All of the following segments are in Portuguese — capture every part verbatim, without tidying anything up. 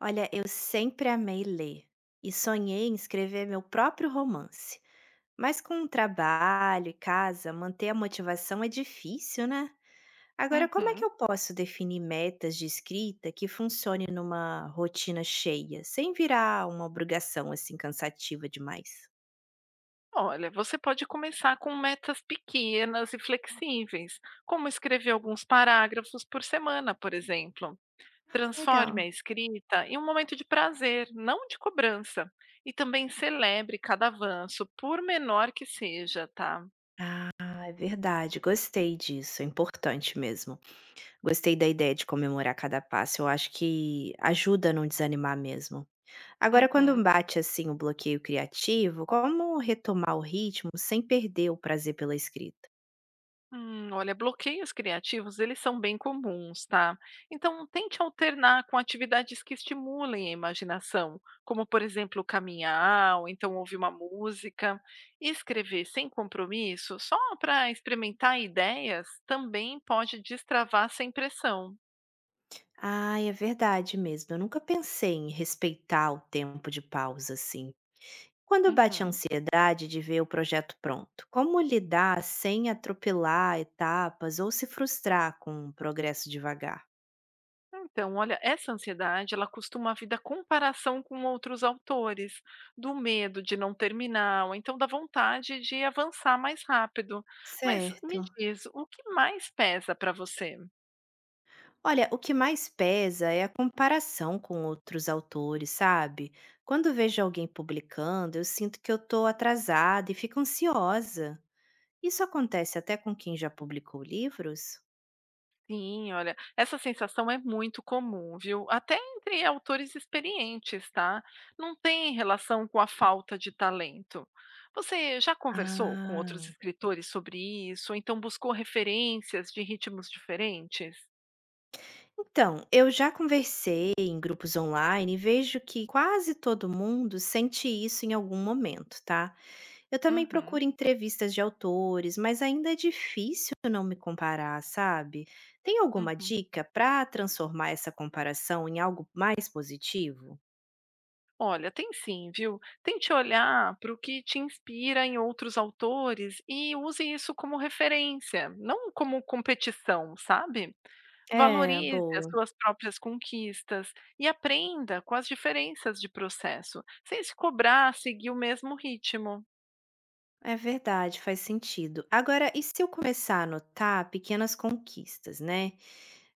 Olha, eu sempre amei ler e sonhei em escrever meu próprio romance. Mas com o trabalho e casa, manter a motivação é difícil, né? Agora, como é que Uhum. eu posso definir metas de escrita que funcione numa rotina cheia, sem virar uma obrigação assim cansativa demais? Olha, você pode começar com metas pequenas e flexíveis, como escrever alguns parágrafos por semana, por exemplo. Transforme a Legal. escrita em um momento de prazer, não de cobrança. E também celebre cada avanço, por menor que seja, tá? Ah, é verdade, gostei disso, é importante mesmo. Gostei da ideia de comemorar cada passo, eu acho que ajuda a não desanimar mesmo. Agora, quando Uhum. bate assim o bloqueio criativo, como retomar o ritmo sem perder o prazer pela escrita? Hum, olha, bloqueios criativos, eles são bem comuns, tá? Então, tente alternar com atividades que estimulem a imaginação, como, por exemplo, caminhar, ou então ouvir uma música. E escrever sem compromisso, só para experimentar ideias, também pode destravar sem pressão. Ah, é verdade mesmo. Eu nunca pensei em respeitar o tempo de pausa assim. Quando bate a Uhum. ansiedade de ver o projeto pronto, como lidar sem atropelar etapas ou se frustrar com o progresso devagar? Então, olha, essa ansiedade, ela costuma vir da comparação com outros autores, do medo de não terminar, ou então da vontade de avançar mais rápido. Mas me Certo. diz, o que mais pesa para você? Olha, o que mais pesa é a comparação com outros autores, sabe? Quando vejo alguém publicando, eu sinto que eu tô atrasada e fico ansiosa. Isso acontece até com quem já publicou livros? Sim, olha, essa sensação é muito comum, viu? Até entre autores experientes, tá? Não tem relação com a falta de talento. Você já conversou com Ah. outros escritores sobre isso, ou então buscou referências de ritmos diferentes? Então, eu já conversei em grupos online e vejo que quase todo mundo sente isso em algum momento, tá? Eu também Uhum, procuro entrevistas de autores, mas ainda é difícil não me comparar, sabe? Tem alguma uhum. dica para transformar essa comparação em algo mais positivo? Olha, tem sim, viu? Tente olhar para o que te inspira em outros autores e use isso como referência, não como competição, sabe? É, Valorize as boa. suas próprias conquistas e aprenda com as diferenças de processo, sem se cobrar seguir o mesmo ritmo. É verdade, faz sentido. Agora, e se eu começar a anotar pequenas conquistas, né?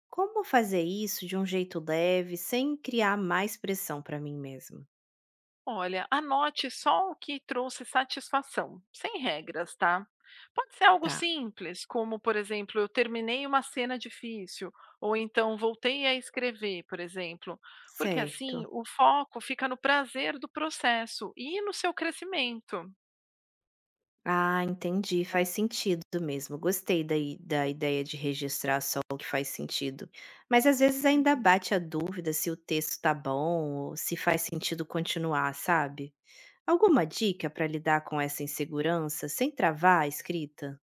Como fazer isso de um jeito leve, sem criar mais pressão para mim mesma? Olha, anote só o que trouxe satisfação, sem regras, tá? Pode ser algo Tá, simples, como, por exemplo, eu terminei uma cena difícil, ou então voltei a escrever, por exemplo. Porque assim, certo. o foco fica no prazer do processo e no seu crescimento. Ah, entendi, faz sentido mesmo. Gostei da i da ideia de registrar só o que faz sentido. Mas às vezes ainda bate a dúvida se o texto tá bom ou se faz sentido continuar, sabe? Alguma dica para lidar com essa insegurança sem travar a escrita?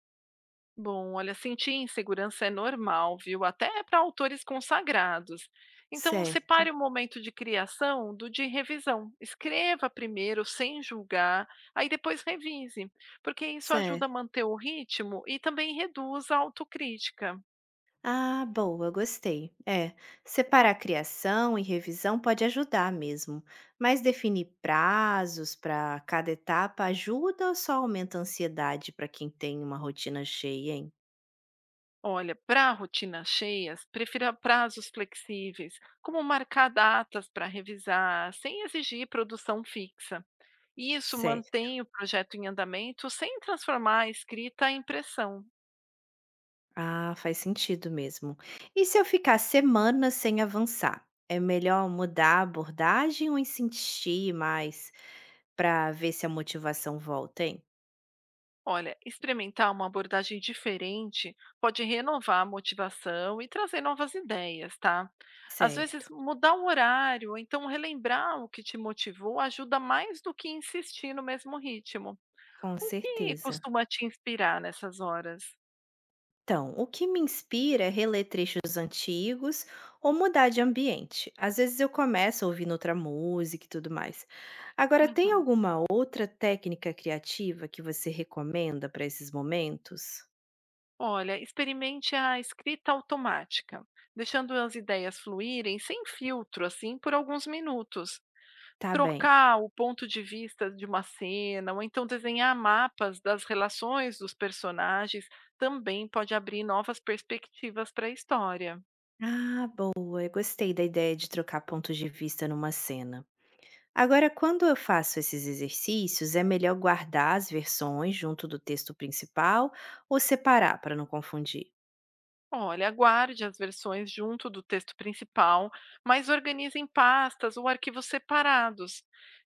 Bom, olha, sentir insegurança é normal, viu? Até para autores consagrados. Então, separe Certo, o momento de criação do de revisão. Escreva primeiro, sem julgar, aí depois revise, porque isso ajuda a certo. manter o ritmo e também reduz a autocrítica. Ah, boa, gostei. É, separar criação e revisão pode ajudar mesmo, mas definir prazos para cada etapa ajuda ou só aumenta a ansiedade para quem tem uma rotina cheia, hein? Olha, para rotinas cheias, prefira prazos flexíveis, como marcar datas para revisar, sem exigir produção fixa. Isso Certo. mantém o projeto em andamento sem transformar a escrita em pressão. Ah, faz sentido mesmo. E se eu ficar semanas sem avançar? É melhor mudar a abordagem ou insistir mais para ver se a motivação volta, hein? Olha, experimentar uma abordagem diferente pode renovar a motivação e trazer novas ideias, tá? Às vezes, Certo, mudar o horário, ou então relembrar o que te motivou ajuda mais do que insistir no mesmo ritmo. com O que certeza. costuma te inspirar nessas horas? Então, o que me inspira é reler trechos antigos ou mudar de ambiente. Às vezes eu começo ouvindo outra música e tudo mais. Agora, tem Uhum. alguma outra técnica criativa que você recomenda para esses momentos? Olha, experimente a escrita automática, deixando as ideias fluírem sem filtro, assim, por alguns minutos. Tá bem. Trocar o ponto de vista de uma cena, ou então desenhar mapas das relações dos personagens, também pode abrir novas perspectivas para a história. Ah, boa. Eu gostei da ideia de trocar pontos de vista numa cena. Agora, quando eu faço esses exercícios, é melhor guardar as versões junto do texto principal ou separar para não confundir? Olha, guarde as versões junto do texto principal, mas organize em pastas ou arquivos separados.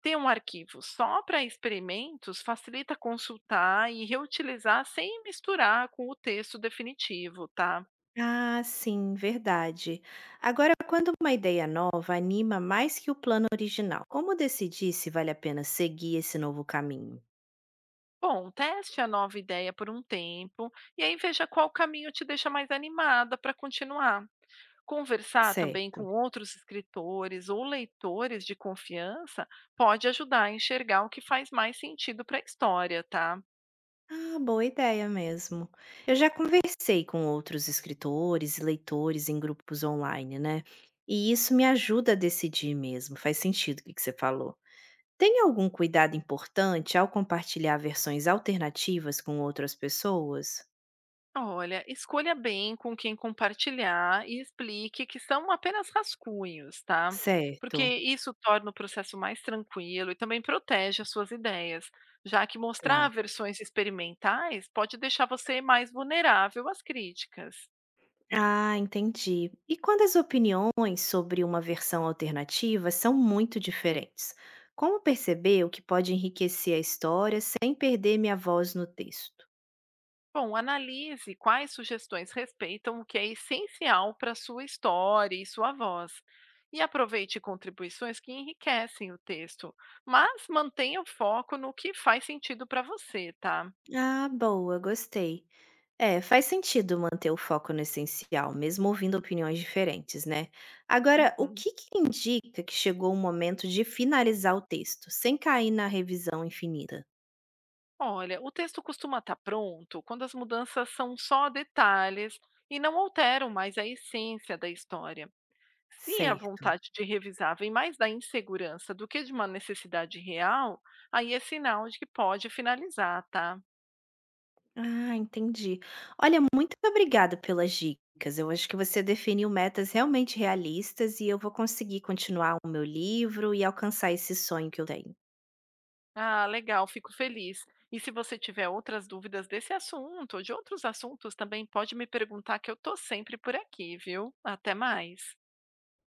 Ter um arquivo só para experimentos facilita consultar e reutilizar sem misturar com o texto definitivo, tá? Ah, sim, verdade. Agora, quando uma ideia nova anima mais que o plano original, como decidir se vale a pena seguir esse novo caminho? Bom, teste a nova ideia por um tempo e aí veja qual caminho te deixa mais animada para continuar. Conversar também com Certo. outros escritores ou leitores de confiança pode ajudar a enxergar o que faz mais sentido para a história, tá? Ah, boa ideia mesmo. Eu já conversei com outros escritores e leitores em grupos online, né? E isso me ajuda a decidir mesmo. Faz sentido o que que você falou. Tem algum cuidado importante ao compartilhar versões alternativas com outras pessoas? Olha, escolha bem com quem compartilhar e explique que são apenas rascunhos, tá? Porque Certo. isso torna o processo mais tranquilo e também protege as suas ideias, já que mostrar Tá. versões experimentais pode deixar você mais vulnerável às críticas. Ah, entendi. E quando as opiniões sobre uma versão alternativa são muito diferentes, como perceber o que pode enriquecer a história sem perder minha voz no texto? Bom, analise quais sugestões respeitam o que é essencial para sua história e sua voz. E aproveite contribuições que enriquecem o texto, mas mantenha o foco no que faz sentido para você, tá? Ah, boa, gostei. É, faz sentido manter o foco no essencial, mesmo ouvindo opiniões diferentes, né? Agora, o Uhum. que que indica que chegou o momento de finalizar o texto, sem cair na revisão infinita? Olha, o texto costuma estar pronto quando as mudanças são só detalhes e não alteram mais a essência da história. Se a Certo. vontade de revisar vem mais da insegurança do que de uma necessidade real, aí é sinal de que pode finalizar, tá? Ah, entendi. Olha, muito obrigada pelas dicas. Eu acho que você definiu metas realmente realistas e eu vou conseguir continuar o meu livro e alcançar esse sonho que eu tenho. Ah, legal, fico feliz. E se você tiver outras dúvidas desse assunto ou de outros assuntos também, pode me perguntar que eu tô sempre por aqui, viu? Até mais.